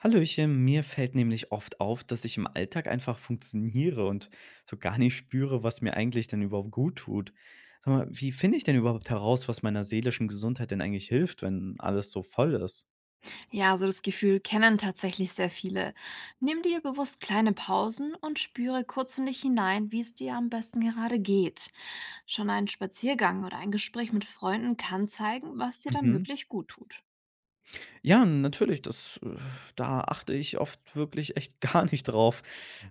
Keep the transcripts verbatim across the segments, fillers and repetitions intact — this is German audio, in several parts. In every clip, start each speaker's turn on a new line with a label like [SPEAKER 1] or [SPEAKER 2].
[SPEAKER 1] Hallöchen, mir fällt nämlich oft auf, dass ich im Alltag einfach funktioniere und so gar nicht spüre, was mir eigentlich denn überhaupt gut tut. Sag mal, wie finde ich denn überhaupt heraus, was meiner seelischen Gesundheit denn eigentlich hilft, wenn alles so voll ist?
[SPEAKER 2] Ja, so das Gefühl kennen tatsächlich sehr viele. Nimm dir bewusst kleine Pausen und spüre kurz in dich hinein, wie es dir am besten gerade geht. Schon ein Spaziergang oder ein Gespräch mit Freunden kann zeigen, was dir dann
[SPEAKER 1] Mhm.
[SPEAKER 2] wirklich gut tut.
[SPEAKER 1] Ja, natürlich, das, äh, da achte ich oft wirklich echt gar nicht drauf.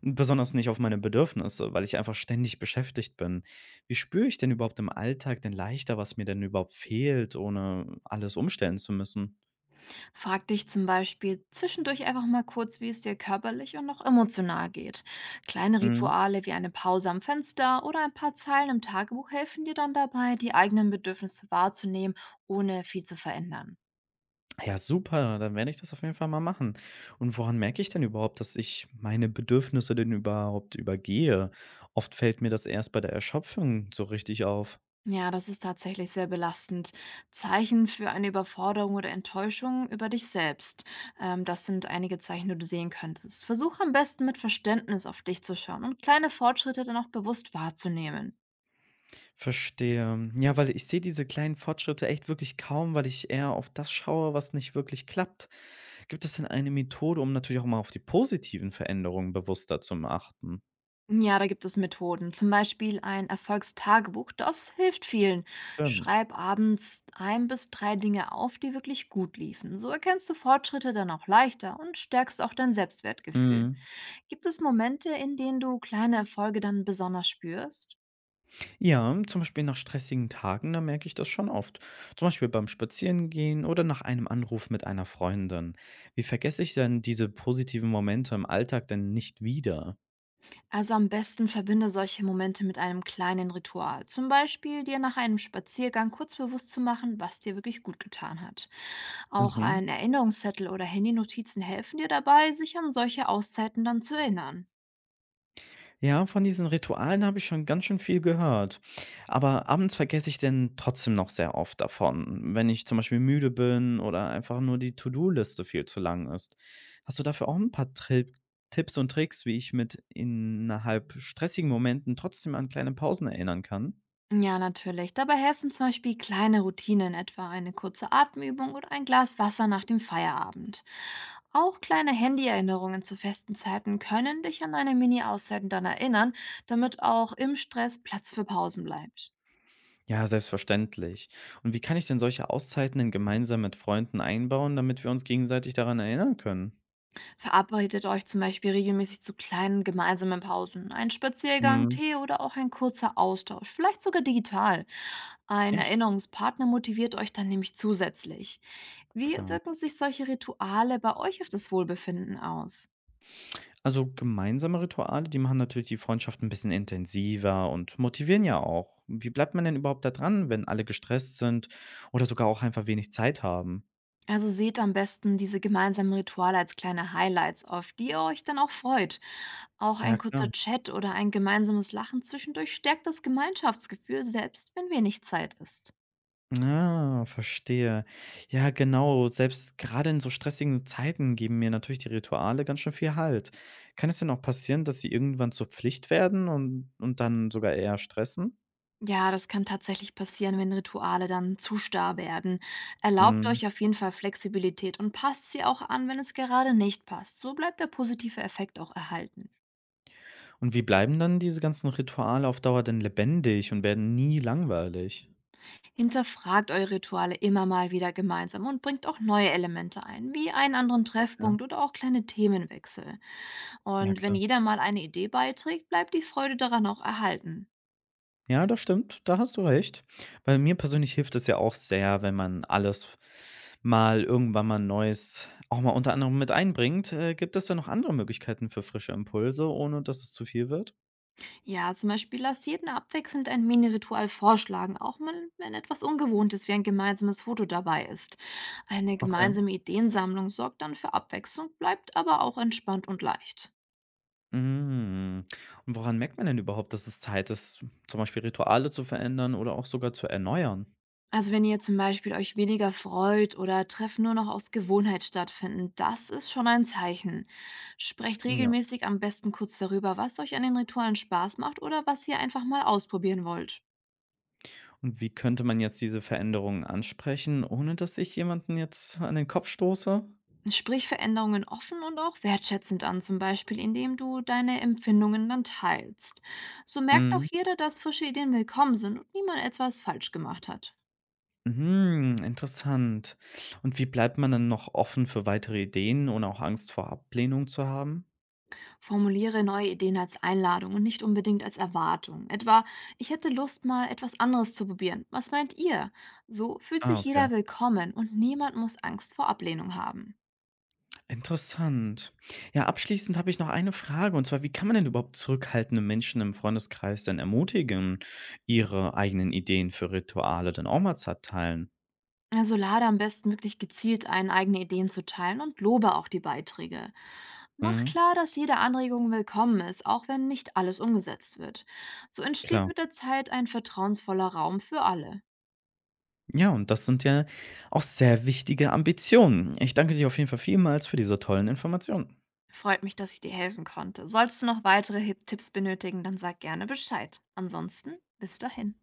[SPEAKER 1] Besonders nicht auf meine Bedürfnisse, weil ich einfach ständig beschäftigt bin. Wie spüre ich denn überhaupt im Alltag denn leichter, was mir denn überhaupt fehlt, ohne alles umstellen zu müssen?
[SPEAKER 2] Frag dich zum Beispiel zwischendurch einfach mal kurz, wie es dir körperlich und auch emotional geht. Kleine Rituale wie eine Pause am Fenster oder ein paar Zeilen im Tagebuch helfen dir dann dabei, die eigenen Bedürfnisse wahrzunehmen, ohne viel zu verändern.
[SPEAKER 1] Ja, super, dann werde ich das auf jeden Fall mal machen. Und woran merke ich denn überhaupt, dass ich meine Bedürfnisse denn überhaupt übergehe? Oft fällt mir das erst bei der Erschöpfung so richtig auf.
[SPEAKER 2] Ja, das ist tatsächlich sehr belastend. Zeichen für eine Überforderung oder Enttäuschung über dich selbst. Ähm, das sind einige Zeichen, die du sehen könntest. Versuch am besten mit Verständnis auf dich zu schauen und kleine Fortschritte dann auch bewusst wahrzunehmen.
[SPEAKER 1] Verstehe. Ja, weil ich sehe diese kleinen Fortschritte echt wirklich kaum, weil ich eher auf das schaue, was nicht wirklich klappt. Gibt es denn eine Methode, um natürlich auch mal auf die positiven Veränderungen bewusster zu achten?
[SPEAKER 2] Ja, da gibt es Methoden. Zum Beispiel ein Erfolgstagebuch. Das hilft vielen.
[SPEAKER 1] Stimmt.
[SPEAKER 2] Schreib abends ein bis drei Dinge auf, die wirklich gut liefen. So erkennst du Fortschritte dann auch leichter und stärkst auch dein Selbstwertgefühl.
[SPEAKER 1] Mhm.
[SPEAKER 2] Gibt es Momente, in denen du kleine Erfolge dann besonders spürst?
[SPEAKER 1] Ja, zum Beispiel nach stressigen Tagen, da merke ich das schon oft. Zum Beispiel beim Spazierengehen oder nach einem Anruf mit einer Freundin. Wie vergesse ich denn diese positiven Momente im Alltag denn nicht wieder?
[SPEAKER 2] Also am besten verbinde solche Momente mit einem kleinen Ritual. Zum Beispiel dir nach einem Spaziergang kurz bewusst zu machen, was dir wirklich gut getan hat. Auch
[SPEAKER 1] Mhm.
[SPEAKER 2] ein Erinnerungszettel oder Handynotizen helfen dir dabei, sich an solche Auszeiten dann zu erinnern.
[SPEAKER 1] Ja, von diesen Ritualen habe ich schon ganz schön viel gehört. Aber abends vergesse ich denn trotzdem noch sehr oft davon, wenn ich zum Beispiel müde bin oder einfach nur die To-Do-Liste viel zu lang ist. Hast du dafür auch ein paar Tri Tipps und Tricks, wie ich mit innerhalb stressigen Momenten trotzdem an kleine Pausen erinnern kann?
[SPEAKER 2] Ja, natürlich. Dabei helfen zum Beispiel kleine Routinen, etwa eine kurze Atemübung oder ein Glas Wasser nach dem Feierabend. Auch kleine Handy-Erinnerungen zu festen Zeiten können dich an deine Mini-Auszeiten dann erinnern, damit auch im Stress Platz für Pausen bleibt.
[SPEAKER 1] Ja, selbstverständlich. Und wie kann ich denn solche Auszeiten denn gemeinsam mit Freunden einbauen, damit wir uns gegenseitig daran erinnern können?
[SPEAKER 2] Verabredet euch zum Beispiel regelmäßig zu kleinen gemeinsamen Pausen. Ein Spaziergang,
[SPEAKER 1] Mhm.
[SPEAKER 2] Tee oder auch ein kurzer Austausch, vielleicht sogar digital. Ein
[SPEAKER 1] Echt
[SPEAKER 2] Erinnerungspartner motiviert euch dann nämlich zusätzlich. Wie
[SPEAKER 1] klar.
[SPEAKER 2] wirken sich solche Rituale bei euch auf das Wohlbefinden aus?
[SPEAKER 1] Also gemeinsame Rituale, die machen natürlich die Freundschaft ein bisschen intensiver und motivieren ja auch. Wie bleibt man denn überhaupt da dran, wenn alle gestresst sind oder sogar auch einfach wenig Zeit haben?
[SPEAKER 2] Also seht am besten diese gemeinsamen Rituale als kleine Highlights, auf die ihr euch dann auch freut. Auch
[SPEAKER 1] Ja,
[SPEAKER 2] ein kurzer
[SPEAKER 1] klar.
[SPEAKER 2] Chat oder ein gemeinsames Lachen zwischendurch stärkt das Gemeinschaftsgefühl, selbst wenn wenig Zeit ist.
[SPEAKER 1] Ah, verstehe. Ja, genau. Selbst gerade in so stressigen Zeiten geben mir natürlich die Rituale ganz schön viel Halt. Kann es denn auch passieren, dass sie irgendwann zur Pflicht werden und und dann sogar eher stressen?
[SPEAKER 2] Ja, das kann tatsächlich passieren, wenn Rituale dann zu starr werden. Erlaubt
[SPEAKER 1] Mhm.
[SPEAKER 2] euch auf jeden Fall Flexibilität und passt sie auch an, wenn es gerade nicht passt. So bleibt der positive Effekt auch erhalten.
[SPEAKER 1] Und wie bleiben dann diese ganzen Rituale auf Dauer denn lebendig und werden nie langweilig?
[SPEAKER 2] Hinterfragt eure Rituale immer mal wieder gemeinsam und bringt auch neue Elemente ein, wie einen anderen
[SPEAKER 1] Okay,
[SPEAKER 2] Treffpunkt oder auch kleine Themenwechsel.
[SPEAKER 1] ja
[SPEAKER 2] Und wenn
[SPEAKER 1] klar.
[SPEAKER 2] jeder mal eine Idee beiträgt, bleibt die Freude daran auch erhalten.
[SPEAKER 1] Ja, das stimmt, da hast du recht. Bei mir persönlich hilft es ja auch sehr, wenn man alles mal irgendwann mal Neues auch mal unter anderem mit einbringt. Äh, gibt es da noch andere Möglichkeiten für frische Impulse, ohne dass es zu viel wird?
[SPEAKER 2] Ja, zum Beispiel lass jeden abwechselnd ein Mini-Ritual vorschlagen, auch mal wenn etwas Ungewohntes wie ein gemeinsames Foto dabei ist. Eine
[SPEAKER 1] Okay.
[SPEAKER 2] gemeinsame Ideensammlung sorgt dann für Abwechslung, bleibt aber auch entspannt und leicht.
[SPEAKER 1] Mhm. Und woran merkt man denn überhaupt, dass es Zeit ist, zum Beispiel Rituale zu verändern oder auch sogar zu erneuern?
[SPEAKER 2] Also wenn ihr zum Beispiel euch weniger freut oder Treffen nur noch aus Gewohnheit stattfinden, das ist schon ein Zeichen. Sprecht
[SPEAKER 1] Ja.
[SPEAKER 2] regelmäßig am besten kurz darüber, was euch an den Ritualen Spaß macht oder was ihr einfach mal ausprobieren wollt.
[SPEAKER 1] Und wie könnte man jetzt diese Veränderungen ansprechen, ohne dass ich jemanden jetzt an den Kopf stoße?
[SPEAKER 2] Sprich Veränderungen offen und auch wertschätzend an, zum Beispiel indem du deine Empfindungen dann teilst. So merkt auch jeder, dass frische Ideen willkommen sind und niemand etwas falsch gemacht hat.
[SPEAKER 1] Mhm, interessant. Und wie bleibt man dann noch offen für weitere Ideen, ohne auch Angst vor Ablehnung zu haben?
[SPEAKER 2] Formuliere neue Ideen als Einladung und nicht unbedingt als Erwartung. Etwa, ich hätte Lust, mal etwas anderes zu probieren. Was meint ihr? So fühlt
[SPEAKER 1] Ah,
[SPEAKER 2] sich
[SPEAKER 1] okay.
[SPEAKER 2] jeder willkommen und niemand muss Angst vor Ablehnung haben.
[SPEAKER 1] Interessant. Ja, abschließend habe ich noch eine Frage, und zwar, wie kann man denn überhaupt zurückhaltende Menschen im Freundeskreis denn ermutigen, ihre eigenen Ideen für Rituale dann auch mal zu teilen?
[SPEAKER 2] Also lade am besten wirklich gezielt ein, eigene Ideen zu teilen und lobe auch die Beiträge. Mach
[SPEAKER 1] Mhm,
[SPEAKER 2] klar, dass jede Anregung willkommen ist, auch wenn nicht alles umgesetzt wird. So entsteht
[SPEAKER 1] klar.
[SPEAKER 2] mit der Zeit ein vertrauensvoller Raum für alle.
[SPEAKER 1] Ja, und das sind ja auch sehr wichtige Ambitionen. Ich danke dir auf jeden Fall vielmals für diese tollen Informationen.
[SPEAKER 2] Freut mich, dass ich dir helfen konnte. Sollst du noch weitere Hip- Tipps benötigen, dann sag gerne Bescheid. Ansonsten, bis dahin.